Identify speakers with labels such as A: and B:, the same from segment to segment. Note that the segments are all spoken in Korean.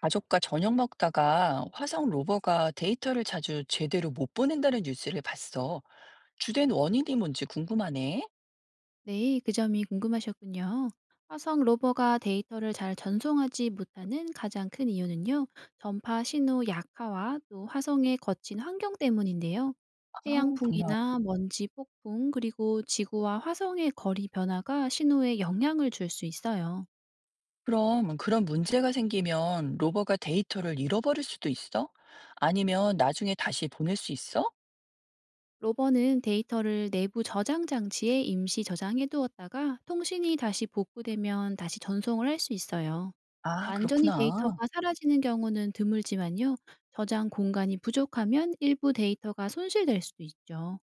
A: 가족과 저녁 먹다가 화성 로버가 데이터를 자주 제대로 못 보낸다는 뉴스를 봤어. 주된 원인이 뭔지 궁금하네.
B: 네, 그 점이 궁금하셨군요. 화성 로버가 데이터를 잘 전송하지 못하는 가장 큰 이유는요, 전파 신호 약화와 또 화성의 거친 환경 때문인데요.
A: 아, 정말.
B: 태양풍이나 먼지 폭풍, 그리고 지구와 화성의 거리 변화가 신호에 영향을 줄 수 있어요.
A: 그럼 그런 문제가 생기면 로버가 데이터를 잃어버릴 수도 있어? 아니면 나중에 다시 보낼 수 있어?
B: 로버는 데이터를 내부 저장 장치에 임시 저장해 두었다가 통신이 다시 복구되면 다시 전송을 할 수 있어요.
A: 아,
B: 완전히
A: 그렇구나.
B: 데이터가 사라지는 경우는 드물지만요. 저장 공간이 부족하면 일부 데이터가 손실될 수도 있죠.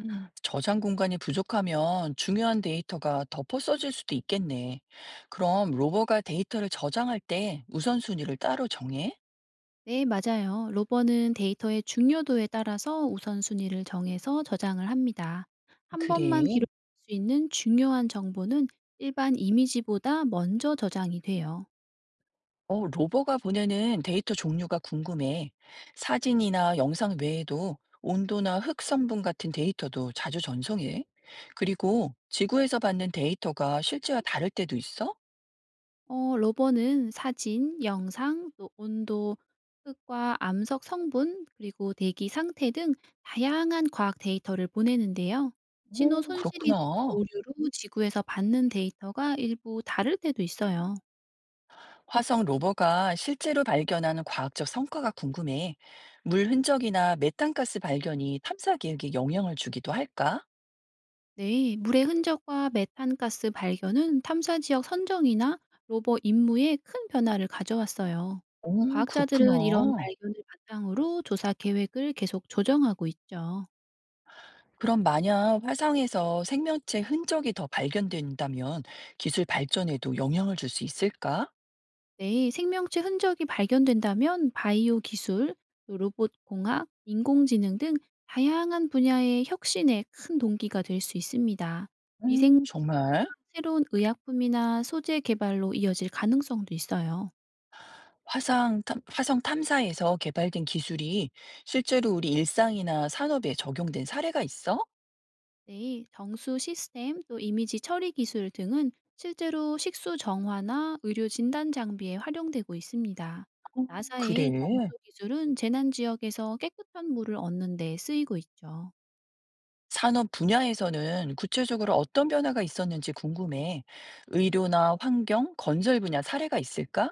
A: 저장 공간이 부족하면 중요한 데이터가 덮어 써질 수도 있겠네. 그럼 로버가 데이터를 저장할 때 우선순위를 따로 정해?
B: 네, 맞아요. 로버는 데이터의 중요도에 따라서 우선순위를 정해서 저장을 합니다. 한 번만
A: 그래.
B: 기록할 수 있는 중요한 정보는 일반 이미지보다 먼저 저장이 돼요.
A: 어, 로버가 보내는 데이터 종류가 궁금해. 사진이나 영상 외에도 온도나 흙 성분 같은 데이터도 자주 전송해. 그리고 지구에서 받는 데이터가 실제와 다를 때도 있어?
B: 로버는 사진, 영상, 또 온도, 흙과 암석 성분, 그리고 대기 상태 등 다양한 과학 데이터를 보내는데요. 신호
A: 오,
B: 손실이나
A: 그렇구나.
B: 오류로 지구에서 받는 데이터가 일부 다를 때도 있어요.
A: 화성 로버가 실제로 발견하는 과학적 성과가 궁금해. 물 흔적이나 메탄가스 발견이 탐사 계획에 영향을 주기도 할까?
B: 네, 물의 흔적과 메탄가스 발견은 탐사 지역 선정이나 로버 임무에 큰 변화를 가져왔어요.
A: 오, 그렇구나.
B: 과학자들은 이런 발견을 바탕으로 조사 계획을 계속 조정하고 있죠.
A: 그럼 만약 화성에서 생명체 흔적이 더 발견된다면 기술 발전에도 영향을 줄 수 있을까?
B: 네, 생명체 흔적이 발견된다면 바이오 기술, 또 로봇 공학, 인공지능 등 다양한 분야의 혁신에 큰 동기가 될 수 있습니다. 미생
A: 정말?
B: 새로운 의약품이나 소재 개발로 이어질 가능성도 있어요.
A: 화상, 화성 탐사에서 개발된 기술이 실제로 우리 일상이나 산업에 적용된 사례가 있어?
B: 네, 정수 시스템 또 이미지 처리 기술 등은 실제로 식수 정화나 의료 진단 장비에 활용되고 있습니다.
A: 어, 그래.
B: 나사의 정수 기술은 재난 지역에서 깨끗한 물을 얻는 데 쓰이고 있죠.
A: 산업 분야에서는 구체적으로 어떤 변화가 있었는지 궁금해. 의료나 환경, 건설 분야 사례가 있을까?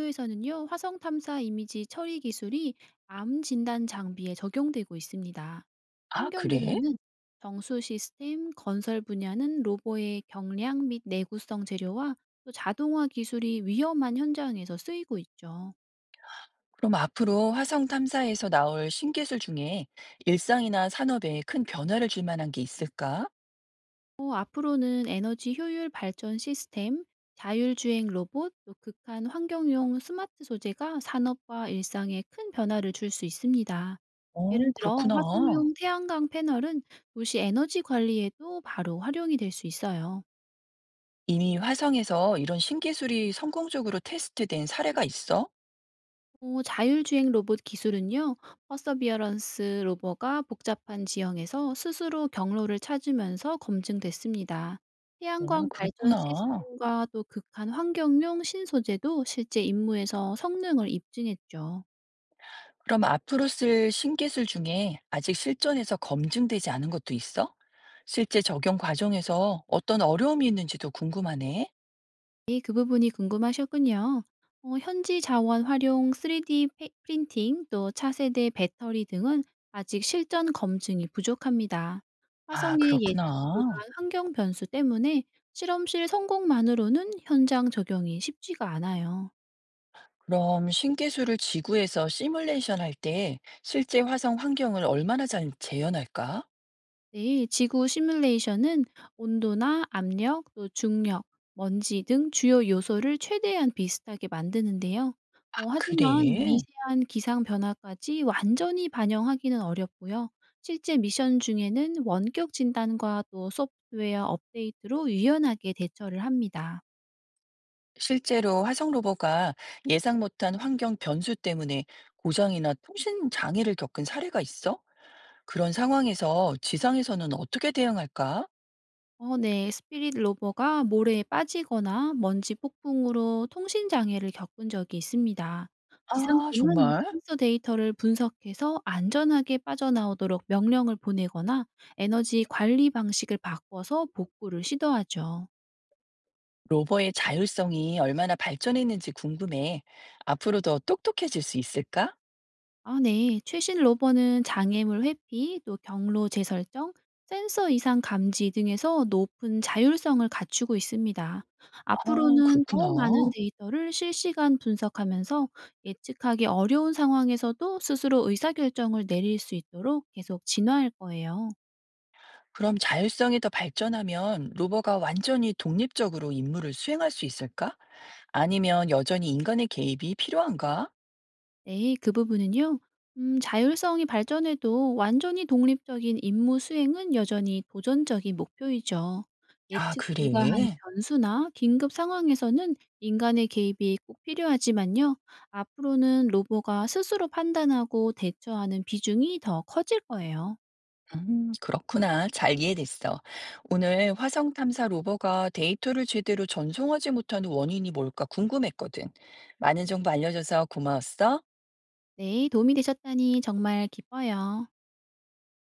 B: 에서는요, 화성 탐사 이미지 처리 기술이 암 진단 장비에 적용되고 있습니다.
A: 아,
B: 환경
A: 그래?
B: 분야는 정수 시스템, 건설 분야는 로봇의 경량 및 내구성 재료와 또 자동화 기술이 위험한 현장에서 쓰이고 있죠.
A: 그럼 앞으로 화성 탐사에서 나올 신기술 중에 일상이나 산업에 큰 변화를 줄 만한 게 있을까?
B: 또 앞으로는 에너지 효율 발전 시스템, 자율주행 로봇, 또 극한 환경용 스마트 소재가 산업과 일상에 큰 변화를 줄 수 있습니다. 예를
A: 어,
B: 들어
A: 그렇구나.
B: 화석용 태양광 패널은 도시 에너지 관리에도 바로 활용이 될 수 있어요.
A: 이미 화성에서 이런 신기술이 성공적으로 테스트된 사례가 있어?
B: 또 자율주행 로봇 기술은요, 퍼서비어런스 로버가 복잡한 지형에서 스스로 경로를 찾으면서 검증됐습니다.
A: 아,
B: 태양광 발전
A: 그렇구나.
B: 시스템과 또 극한 환경용 신소재도 실제 임무에서 성능을 입증했죠.
A: 그럼 앞으로 쓸 신기술 중에 아직 실전에서 검증되지 않은 것도 있어? 실제 적용 과정에서 어떤 어려움이 있는지도 궁금하네.
B: 네, 그 부분이 궁금하셨군요. 현지 자원 활용 3D 프린팅 또 차세대 배터리 등은 아직 실전 검증이 부족합니다.
A: 아,
B: 화성의 예측
A: 그렇구나.
B: 불가한 환경 변수 때문에 실험실 성공만으로는 현장 적용이 쉽지가 않아요.
A: 그럼 신기술을 지구에서 시뮬레이션 할 때 실제 화성 환경을 얼마나 잘 재현할까?
B: 네, 지구 시뮬레이션은 온도나 압력, 또 중력, 먼지 등 주요 요소를 최대한 비슷하게 만드는데요.
A: 아,
B: 하지만
A: 그래.
B: 미세한 기상 변화까지 완전히 반영하기는 어렵고요. 실제 미션 중에는 원격 진단과 또 소프트웨어 업데이트로 유연하게 대처를 합니다.
A: 실제로 화성 로버가 예상 못한 환경 변수 때문에 고장이나 통신 장애를 겪은 사례가 있어? 그런 상황에서 지상에서는 어떻게 대응할까?
B: 네. 스피릿 로버가 모래에 빠지거나 먼지 폭풍으로 통신 장애를 겪은 적이 있습니다.
A: 아,
B: 지상팀은
A: 정말?
B: 센서 데이터를 분석해서 안전하게 빠져나오도록 명령을 보내거나 에너지 관리 방식을 바꿔서 복구를 시도하죠.
A: 로버의 자율성이 얼마나 발전했는지 궁금해. 앞으로 더 똑똑해질 수 있을까?
B: 네. 최신 로버는 장애물 회피, 또 경로 재설정, 센서 이상 감지 등에서 높은 자율성을 갖추고 있습니다.
A: 아,
B: 앞으로는
A: 그렇구나.
B: 더 많은 데이터를 실시간 분석하면서 예측하기 어려운 상황에서도 스스로 의사결정을 내릴 수 있도록 계속 진화할 거예요.
A: 그럼 자율성이 더 발전하면 로버가 완전히 독립적으로 임무를 수행할 수 있을까? 아니면 여전히 인간의 개입이 필요한가?
B: 네, 그 부분은요. 자율성이 발전해도 완전히 독립적인 임무 수행은 여전히 도전적인 목표이죠.
A: 아,
B: 예측
A: 그래.
B: 불가한 변수나 긴급 상황에서는 인간의 개입이 꼭 필요하지만요. 앞으로는 로봇가 스스로 판단하고 대처하는 비중이 더 커질 거예요.
A: 그렇구나. 잘 이해됐어. 오늘 화성 탐사 로버가 데이터를 제대로 전송하지 못하는 원인이 뭘까 궁금했거든. 많은 정보 알려줘서 고마웠어.
B: 네, 도움이 되셨다니 정말 기뻐요.